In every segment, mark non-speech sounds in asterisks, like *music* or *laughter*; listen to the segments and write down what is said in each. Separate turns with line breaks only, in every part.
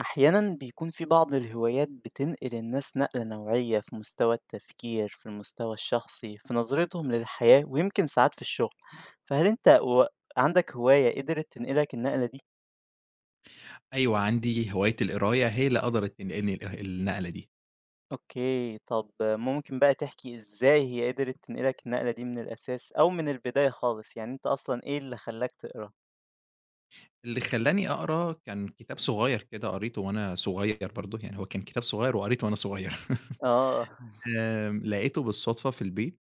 أحيانا بيكون في بعض الهوايات بتنقل الناس نقلة نوعية في مستوى التفكير في المستوى الشخصي في نظرتهم للحياة ويمكن ساعات في الشغل. فهل أنت عندك هواية قدرت تنقلك النقلة دي؟
أيوه، عندي هواية القراية هي اللي قدرت تنقلني اله النقلة دي.
أوكي، طب ممكن بقى تحكي إزاي هي قدرت تنقلك النقلة دي من الأساس أو من البداية خالص، يعني أنت أصلا إيه اللي خلاك تقرأ؟
اللي خلّاني أقرا كان كتاب صغير كده قريته وأنا صغير برضه، يعني هو كان كتاب صغير وقريته وأنا صغير. *laughs*
آه *laughs*
لقيته بالصدفة في البيت،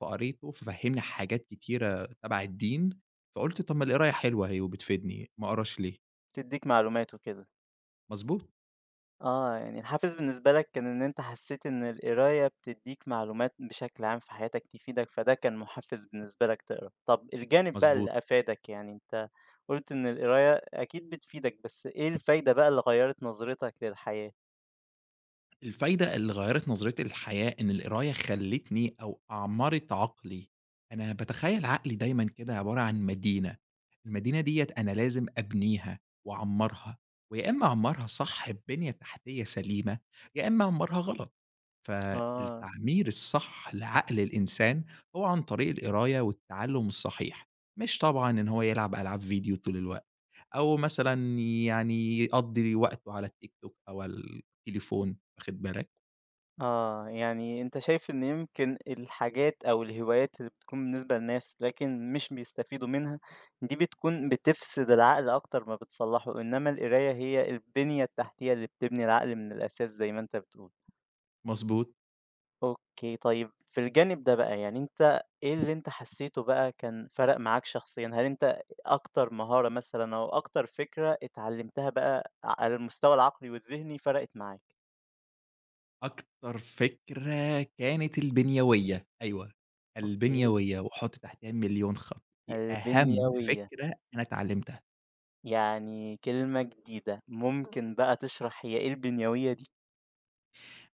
فقريته، ففهّمني حاجات كتيرة تبع الدين، فقُلت طب ما القراية حلوة أهي وبتفيدني، ما أقراش ليه؟
تديك معلومات وكده.
مضبوط،
آه، يعني الحافز بالنسبة لك كان إن أنت حسيت إن القراية بتدّيك معلومات بشكل عام في حياتك تفيدك، فده كان محفز بالنسبة لك تقرا. طب الجانب بقى
مضبوط.
اللي أفادك، يعني أنت قُلت إن القراية أكيد بتفيدك، بس إيه الفايدة بقى اللي غيّرت نظرتك للحياة؟
الفايدة اللي غيّرت نظرتي للحياة إن القراية خلّتني أو أعمرِت عقلي، أنا باتخيّل عقلي دايمًا كده عبارة عن مدينة، المدينة ديّة أنا لازم أبنيها وأعمّرها، ويا إمّا أعمّرها صح ببنية تحتية سليمة، يا إمّا أعمّرها غلط،
آه.
فالتعمير الصح لعقل الإنسان هو عن طريق القراية والتعلُّم الصحيح، مش طبعًا إن هو يلعب ألعاب فيديو طول الوقت أو مثلًا يعني يقضّي وقته على التيك توك أو على التليفون، واخد بالك؟
آه، يعني أنت شايف إن يمكن الحاجات أو الهوايات اللي بتكون بالنسبة للناس لكن مش بيستفيدوا منها دي بتكون بتفسد العقل أكتر ما بتصلحه، إنما القراية هي البنية التحتية اللي بتبني العقل من الأساس زي ما أنت بتقول.
مضبوط.
أوكي، طيب في الجانب ده بقى، يعني أنت إيه اللي أنت حسيته بقى كان فرق معاك شخصيًا؟ هل أنت أكتر مهارة مثلًا أو أكتر فكرة اتعلمتها بقى على المستوى العقلي والذهني فرقت معاك؟
أكتر فكرة كانت البنيوية، أيوه،
أوكي.
البنيوية وحُط تحتها مليون خط، دي أهم
البنيوية.
فكرة أنا اتعلمتها.
يعني كلمة جديدة، ممكن بقى تشرح هي إيه البنيوية دي؟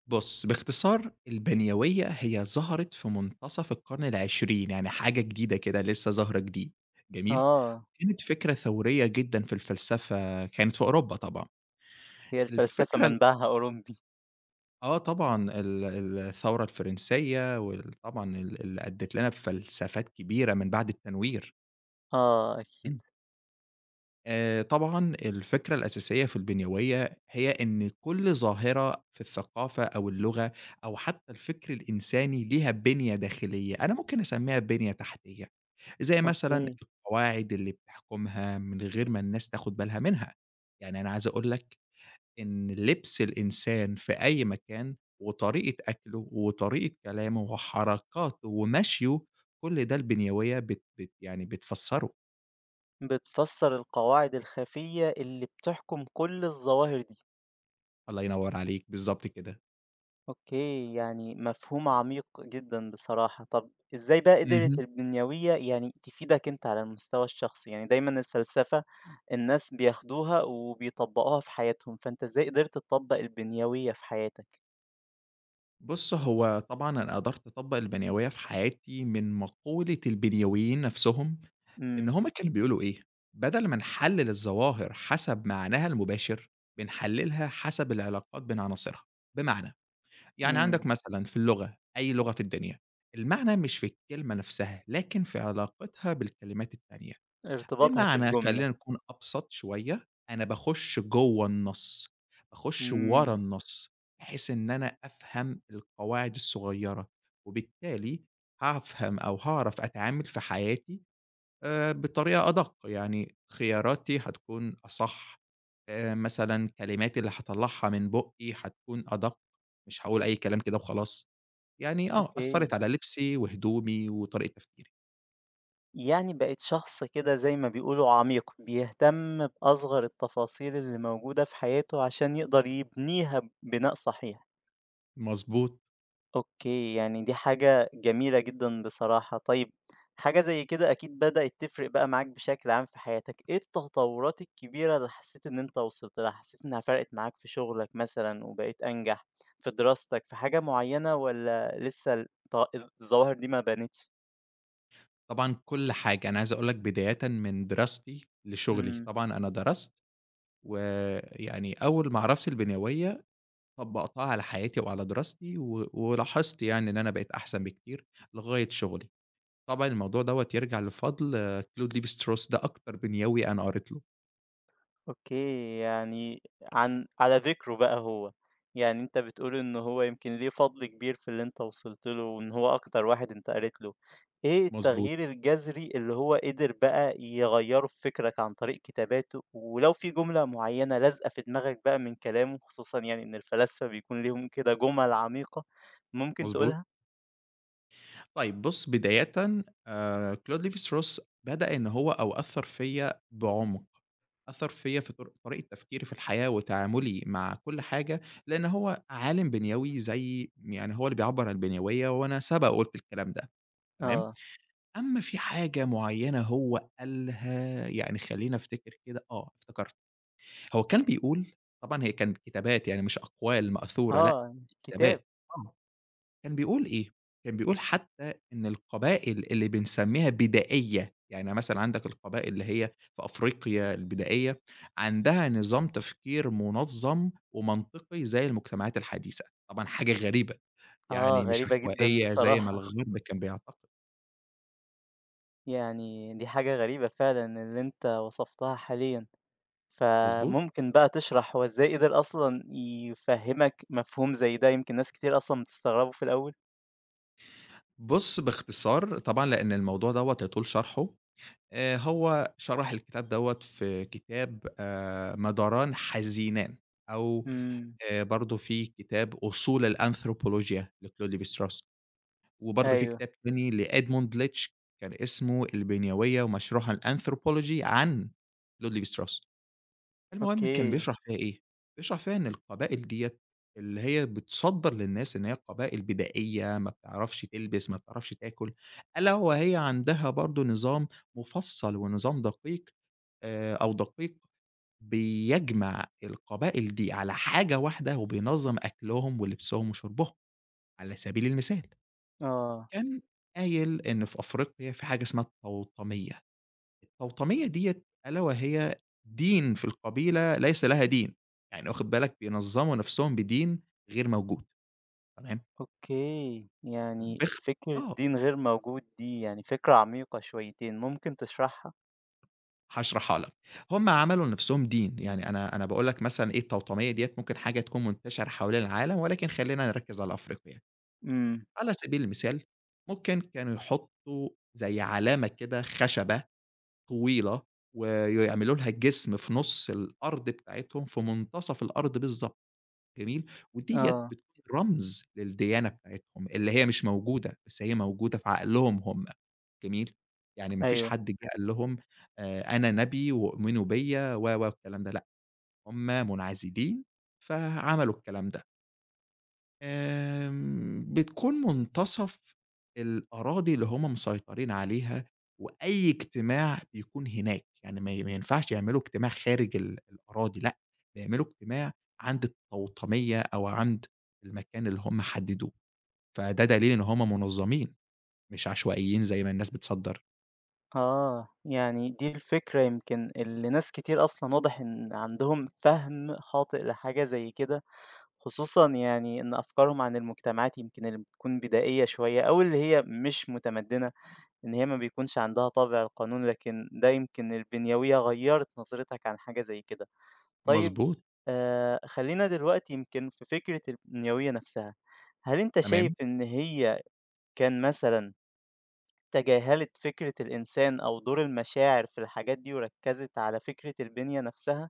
بُص، باختصار البنيوية هي ظهرت في منتصف القرن العشرين، يعني حاجة جديدة كده لسه ظاهرة جديد، جميل؟
آه.
كانت فكرة ثورية جدًا في الفلسفة، كانت في أوروبا طبعًا.
هي الفلسفة
الفكرة ال
منبعها أوروبي.
آه طبعًا، الثورة الفرنسية وال طبعًا ال اللي أدِّت لنا بفلسفات كبيرة من بعد التنوير.
آه
إمم.
أكيد.
طبعًا الفكرة الأساسية في البنيوية هي إن كل ظاهرة في الثقافة أو اللغة أو حتى الفكر الإنساني ليها بِنية داخلية، أنا ممكن أسمّيها بِنية تحتية، زي مثلًا
أوكي.
القواعد اللي بتحكمها من غير ما الناس تاخد بالها منها، يعني أنا عايز أقول لك إن لبس الإنسان في أي مكان وطريقة أكله وطريقة كلامه وحركاته ومشيه، كل ده البنيوية بت بت يعني بتفسّره،
بتفسّر القواعد الخفية اللي بتحكم كل الظواهر دي.
الله ينوّر عليك، بالضبط كده.
أوكي، يعني مفهوم عميق جدًا بصراحة. طب إزاي بقى قدرت
اهم.
البنيوية يعني تفيدك أنت على المستوى الشخصي؟ يعني دايمًا الفلسفة الناس بياخدوها وبيطبّقوها في حياتهم، فأنت إزاي قدرت تطبّق البنيوية في حياتك؟
بُص، هو طبعًا أنا قدرت أطبّق البنيويّة في حياتي من مقولة البنيويين نفسهم، إن
إمم.
هم كانوا بيقولوا إيه، بدل ما نحلّل الظواهر حسب معناها المباشر، بنحلّلها حسب العلاقات بين عناصرها، بمعنى، يعني عندك
إمم.
مثلًا في اللغة، أي لغة في الدنيا، المعنى مش في الكلمة نفسها، لكن في علاقتها بالكلمات التانية.
ارتباطها في
بمعنى
الجملة.
خلّينا نكون أبسط شوية، أنا باخُش جوّه النَص، باخُش ورا
إمم.
النَص، بحيث إن أنا أفهم القواعد الصغيّرة، وبالتالي هافهم أو هاعرف أتعامل في حياتي بطريقة أدق، يعني خياراتي هتكون أصح، مثلًا كلماتي اللي هاطلّعها من بُقّي هتكون أدق، مش هاقول أي كلام كده وخلاص، يعني آه أثّرت
أوكي.
على لبسي وهدومي وطريقة تفكيري.
يعني بقِت شخص كده زي ما بيقولوا عميق، بيهتم بأصغر التفاصيل اللي موجودة في حياته عشان يقدر يبنيها بناء صحيح.
مضبوط.
أوكي، يعني دي حاجة جميلة جدًا بصراحة. طيب، حاجة زي كده أكيد بدأت تفرق بقى معاك بشكل عام في حياتك، إيه التطوّرات الكبيرة اللي حسّيت إن أنت وصلت لها، حسّيت إنها فرقِت معاك في شغلك مثلًا وبقيت أنجح، في دراستك، في حاجة معيّنة والّا لسه الظواهر دي ما بانتش؟
طبعًا كل حاجة، أنا عايز أقول لك بدايةً من دراستي لشغلي،
إمم.
طبعًا أنا درست، ويعني أول معرفتي البنيوية طبّقتها على حياتي وعلى دراستي، ولاحظت يعني إن أنا بقيت أحسن بكتير لغاية شغلي، طبعًا الموضوع دوّة يرجع لفضل آه، كلود ليف ستروس ده أكتر بنيوي أنا قريت له،
أوكي، يعني عن على ذكره بقى هو، يعني أنت بتقول إن هو يمكن ليه فضل كبير في اللي أنت وصلت له، وإن هو أكتر واحد أنت قريت له، إيه
مضبوط،
التغيير الجذري اللي هو قدر بقى يغيّره في فكرك عن طريق كتاباته؟ ولو في جملة معيّنة لازقة في دماغك بقى من كلامه، خصوصًا يعني إن الفلاسفة بيكون ليهم كده جُمل عميقة، ممكن
مضبوط.
تقولها؟
طيب بُص بدايةً كلود ليف ستروس بدأ إن هو أو أثّر فيّا بعمق. أثّر فيّا في طريقة تفكيري في الحياة وتعاملي مع كل حاجة، لإن هو عالم بنيوي زي يعني هو اللي بيعبّر عن البنيوية وأنا سبق وقُلت الكلام ده، تمام؟
آه.
أمّا في حاجة معيّنة هو قالها يعني خلّيني أفتكر كده، آه افتكرت، هو كان بيقول طبعًا هي كانت كتابات يعني مش أقوال مأثورة لأ،
آه، كتاب.
كتابات. كان بيقول إيه، كان بيقول حتى إن القبائل اللي بنسميها بدائية، يعني مثلًا عندك القبائل اللي هي في أفريقيا البدائية، عندها نظام تفكير منظم ومنطقي زي المجتمعات الحديثة، طبعًا حاجة غريبة،
آه،
يعني مش
غريبة جدًا
عشوائية زي ما
بصراحة.
الغرب كان بيعتقد،
يعني دي حاجة غريبة فعلًا اللي أنت وصفتها حاليًا،
مضبوط؟
فممكن بقى تشرح هو إزاي قدر أصلًا يفهّمك مفهوم زي ده؟ يمكن ناس كتير أصلًا بتستغربه في الأول.
بُص باختصار طبعًا لأن الموضوع دوّة يطول شرحه، هو شرح الكتاب دوّة في كتاب مداران حزينان أو
إمم.
برضه في كتاب أصول الأنثروبولوجيا لكلود ليvi-strauss، وبرضه في
أيوه.
كتاب تاني لEdmund Leach كان اسمه البنيوية ومشروعها الأنثروبولوجي عن كلود ليvi-strauss. المهم كان
أوكي.
بيشرح فيها إيه، بيشرح فيها إن القبائل ديّة اللي هي بتصدّر للناس إن هي قبائل بدائية ما بتعرفش تلبس، ما بتعرفش تاكل، ألا وهي عندها برضه نظام مفصّل ونظام دقيق أو دقيق بيجمع القبائل دي على حاجة واحدة وبينظّم أكلهم ولبسهم وشربهم، على سبيل المثال
آه.
كان قايل إن في أفريقيا في حاجة اسمها التوطمية، التوطمية ديّة ألا وهي دين في القبيلة ليس لها دين، يعني واخد بالك بينظّموا نفسهم بدين غير موجود تمام،
أوكي، يعني
باخ
فكرة
آه
دين غير موجود دي يعني فكرة عميقة شويتين، ممكن تشرحها؟
هاشرحها لك، هم عملوا لنفسهم دين، يعني أنا باقول لك مثلًا إيه التوطمية ديّة ممكن حاجة تكون منتشرة حوالين العالم ولكن خلّينا نركّز على أفريقيا.
إمم.
على سبيل المثال ممكن كانوا يحطّوا زي علامة كده خشبة طويلة، ويعملوا لها جسم في نُص الأرض بتاعتهم، في منتصف الأرض بالضبط، جميل؟ وديّة
آه.
بتكون رمز للديانة بتاعتهم، اللي هي مش موجودة، بس هي موجودة في عقلهم هم، جميل؟ يعني ما فيش
أيوه.
حد جه قال لهم أنا نبي وأؤمنوا بيّا و، و، والكلام ده لأ، هم منعزلين فعملوا الكلام ده. آمم، بتكون منتصف الأراضي اللي هم مسيطرين عليها، وأي اجتماع بيكون هناك، يعني ما ينفعش يعملوا اجتماع خارج الأراضي لأ، بيعملوا اجتماع عند التوطمية أو عند المكان اللي هم حددوه، فده دليل إن هم منظمين، مش عشوائيين زي ما الناس بتصدّر.
آه، يعني دي الفكرة يمكن اللي ناس كتير أصلًا واضح إن عندهم فهم خاطئ لحاجة زي كده. خصوصًا يعني إن أفكارهم عن المجتمعات يمكن اللي بتكون بدائية شوية أو اللي هي مش متمدنة، إن هي ما بيكونش عندها طابع القانون، لكن ده يمكن البنيوية غيّرت نظرتك عن حاجة زي كده. طيب
مضبوط،
خلّينا دلوقتي يمكن في فكرة البنيوية نفسها، هل أنت شايف
تمام.
إن هي كان مثلًا تجاهلت فكرة الإنسان أو دور المشاعر في الحاجات دي وركّزت على فكرة البنية نفسها؟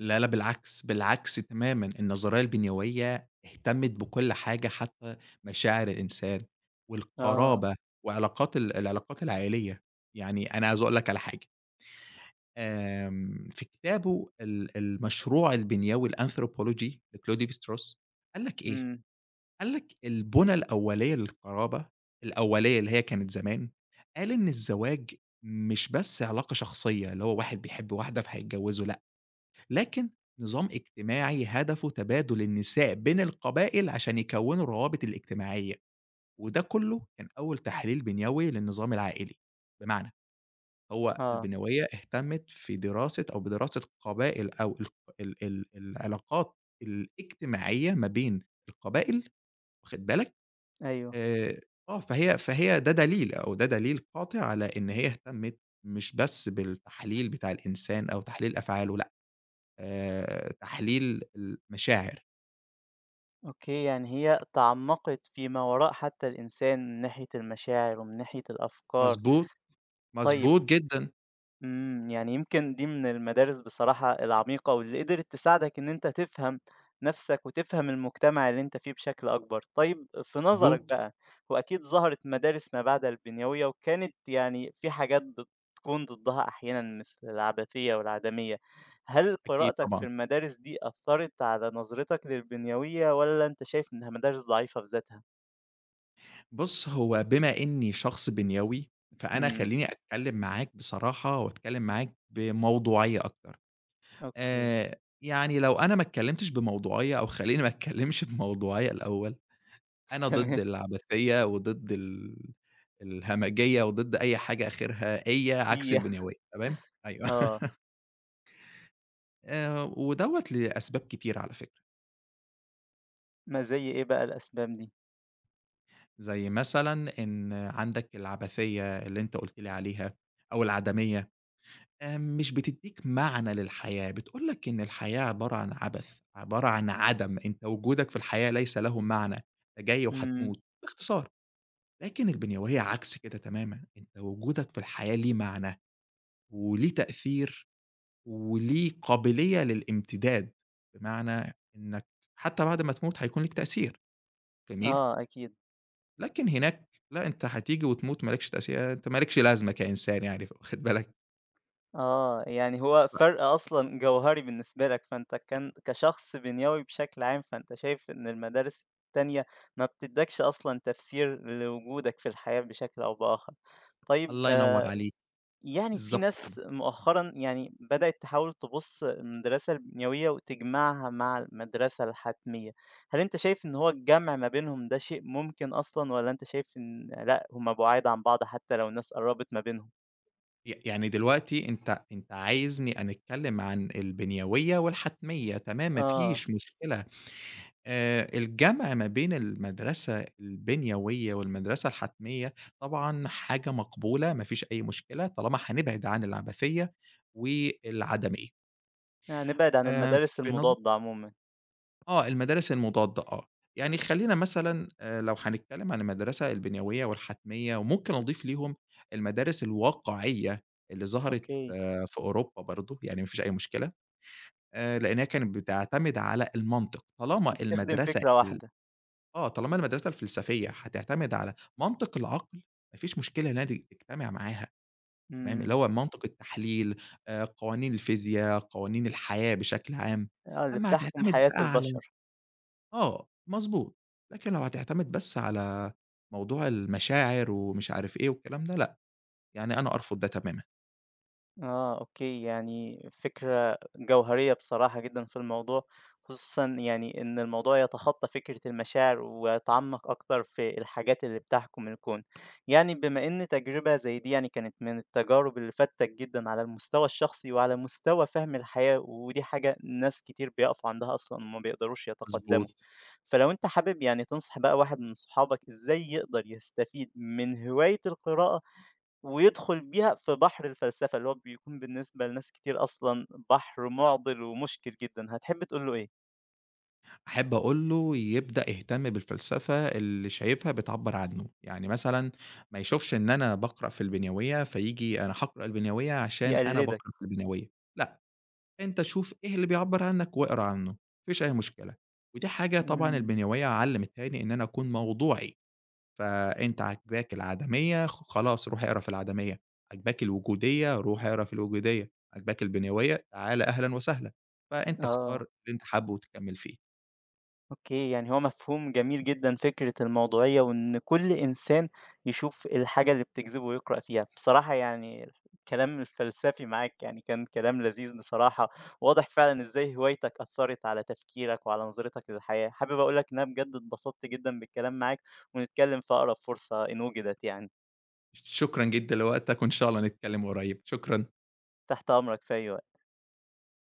لا، لا بالعكس، بالعكس تمامًا، النظرية البنيوية اهتمت بكل حاجة حتى مشاعر الإنسان
آه.
والقرابة وعلاقات العلاقات العائلية، يعني أنا عايز أقول لك على حاجة، آمم في كتابه المشروع البنيوي الanthropology لكلوديف ستروس قال لك إيه،
إمم.
قال لك البُنى الأولية للقرابة، الأولية اللي هي كانت زمان، قال إن الزواج مش بس علاقة شخصية، اللي هو واحد بيحب واحدة فهيتجوزوا، لكن نظام اجتماعي هدفه تبادل النساء بين القبائل عشان يكونوا الروابط الاجتماعية وده كله كان أول تحليل بنيوي للنظام العائلي بمعنى هو
آه.
البنيوية اهتمت في دراسة أو بدراسة قبائل أو ال ال ال العلاقات الاجتماعية ما بين القبائل واخد بالك
أيوه.
آه آه، فهي ده دليل قاطع على إن هي اهتمت مش بس بالتحليل بتاع الإنسان أو تحليل أفعاله تحليل المشاعر.
أوكي، يعني هي تعمّقت فيما وراء حتى الإنسان من ناحية المشاعر ومن ناحية الأفكار.
مضبوط،
طيب،
مضبوط جدًا،
إمم، يعني يمكن دي من المدارس بصراحة العميقة واللي قدرت تساعدك إن أنت تفهم نَفْسك وتفهم المجتمع اللي أنت فيه بشكل أكبر. طيب في نظرك
مضبوط.
بقى، هو أكيد ظهرت مدارس ما بعد البنيوية وكانت يعني في حاجات بتكون ضدها أحيانًا مثل العبثية والعدمية، هل
أكيد
قراءتك في
طبعًا.
المدارس دي أثّرت على نظرتك للبنيوية والّا أنت شايف إنها مدارس ضعيفة في ذاتها؟
بُص، هو بما إنّي شخص بنيوي، فأنا
إمم.
خلّيني أتكلّم معاك بصراحة وأتكلّم معاك بموضوعية أكتر.
أوكي.
يعني لو أنا ما اتكلّمتش بموضوعية أو خلّيني ما اتكلّمش *laughs* بموضوعية الأول،
*laughs*
أنا ضد
تمام.
العبثية وضد الهمجية وضد أي حاجة آخرها إيّة عكس
هي
البنيوية، تمام؟ أيوه.
آه.
*laughs* ودوّة لأسباب كتيرة على فكرة.
ما زي إيه بقى الأسباب دي؟
زي مثلًا إن عندك العبثية اللي أنت قُلت لي عليها أو العدمية، مش بتدّيك معنى للحياة، بتقول لك إن الحياة عبارة عن عبث، عبارة عن عدم، أنت وجودك في الحياة ليس له معنى، أنت جاي
إمم.
وهتموت، باختصار. لكن البنيوية عكس كده تمامًا، أنت وجودك في الحياة ليه معنى وليه تأثير وليه قابلية للإمتداد، بمعنى إنك حتى بعد ما تموت هيكون ليك تأثير، جميل؟
آه أكيد.
لكن هناك لأ، أنت هتيجي وتموت ما لكش أنت ما لكش لازمة كإنسان يعني، واخد بالك؟
آه، يعني هو فرق أصلًا جوهري بالنسبة لك، فأنت كان كشخص بنيوي بشكل عام، فأنت شايف إن المدارس التانية ما بتدّكش أصلًا تفسير لوجودك في الحياة بشكل أو بآخر. طيب
الله ينور عليك،
يعني في
بالضبط كده.
ناس مؤخرًا يعني بدأت تحاول تبُص المدرسة البنيوية وتجمعها مع المدرسة الحتمية، هل أنت شايف إن هو الجمع ما بينهم ده شيء ممكن أصلًا والّا أنت شايف إن لأ، هُم بُعاد عن بعض حتى لو الناس قرّبت ما بينهم؟
يعني دلوقتي أنت عايزني أنا أتكلم عن البنيوية والحتمية، تمام، ما
آه.
فيش مشكلة. الجمع ما بين المدرسة البنيوية والمدرسة الحتمية طبعًا حاجة مقبولة، ما فيش أي مشكلة، طالما هنبعد عن العبثية والعدمية.
آه، نبعد عن
آآ،
المدارس
في نظ
المضادة عمومًا.
آه، المدارس المضادة آه. يعني خلّينا مثلًا لو هنتكلّم عن المدرسة البنيوية والحتمية وممكن أضيف ليهم المدارس الواقعية اللي ظهرت
أوكي،
آه، في أوروبا برضه، يعني ما فيش أي مشكلة، لإنها كانت بتعتمد على المنطق. طالما
بتخدم
المدرسة
فكرة
ال
واحدة.
آه، طالما المدرسة الفلسفية هتعتمد على منطق العقل، ما فيش مشكلة إنها تجتمع معاها، تمام، اللي
إمم.
هو منطق التحليل، قوانين الفيزيا، قوانين الحياة بشكل عام.
آه، اللي
أمّا
بتحكم
هتعتمد
حياة
بقى على
البشر.
آه، مضبوط. لكن لو هتعتمد بس على موضوع المشاعر ومش عارف إيه والكلام ده، لأ، يعني أنا أرفض ده تمامًا.
آه، أوكي، يعني فكرة جوهرية بصراحة جدًا في الموضوع، خصوصًا يعني إن الموضوع يتخطى فكرة المشاعر ويتعمق أكتر في الحاجات اللي بتحكم الكون. يعني بما إن تجربة زي دي يعني كانت من التجارب اللي فادتك جدًا على المستوى الشخصي وعلى مستوى فهم الحياة، ودي حاجة ناس كتير بيقفوا عندها أصلًا وما بيقدروش يتقدموا.
مضبوط.
فلو أنت حابب يعني تنصح بقى واحد من صحابك إزاي يقدر يستفيد من هواية القراءة ويدخل بيها في بحر الفلسفة، اللي هو بيكون بالنسبة لناس كتير أصلًا بحر مُعضِل ومُشكِل جدًا، هتحب تقول له إيه؟
أحب أقول له يبدأ يهتم بالفلسفة اللي شايفها بتعبّر عنه. يعني مثلًا ما يشوفش إن أنا باقرأ في البنيوية، فييجي أنا هاقرأ البنيوية عشان أنا
يقلدك.
باقرأ في البنيوية، لأ، أنت شوف إيه اللي بيعبّر عنك واقرا عنه، ما فيش أي مشكلة. ودي حاجة طبعًا
إمم.
البنيوية علّمتها لي إن أنا أكون موضوعي. فأنت عاجباك العدمية، خلاص روح اقرا في العدمية، عاجباك الوجودية، روح اقرا في الوجودية، عاجباك البنيوية، تعال أهلًا وسهلًا، فأنت اختار
آه.
اللي أنت حابه وتكمّل فيه.
أوكي، يعني هو مفهوم جميل جدًا فكرة الموضوعية، وإن كل إنسان يشوف الحاجة اللي بتجذبه ويقرأ فيها. بصراحة يعني الكلام الفلسفي معاك يعني كان كلام لذيذ بصراحة، واضح فعلًا إزاي هوايتك أثّرت على تفكيرك وعلى نظرتك للحياة. حابب أقول لك إن أنا بجد اتبسطت جدًا بالكلام معاك، ونتكلم في أقرب فرصة إن وجدت يعني.
شكرًا جدًا لوقتك، وإن شاء الله نتكلم قريب، شكرًا.
تحت أمرك في أي وقت.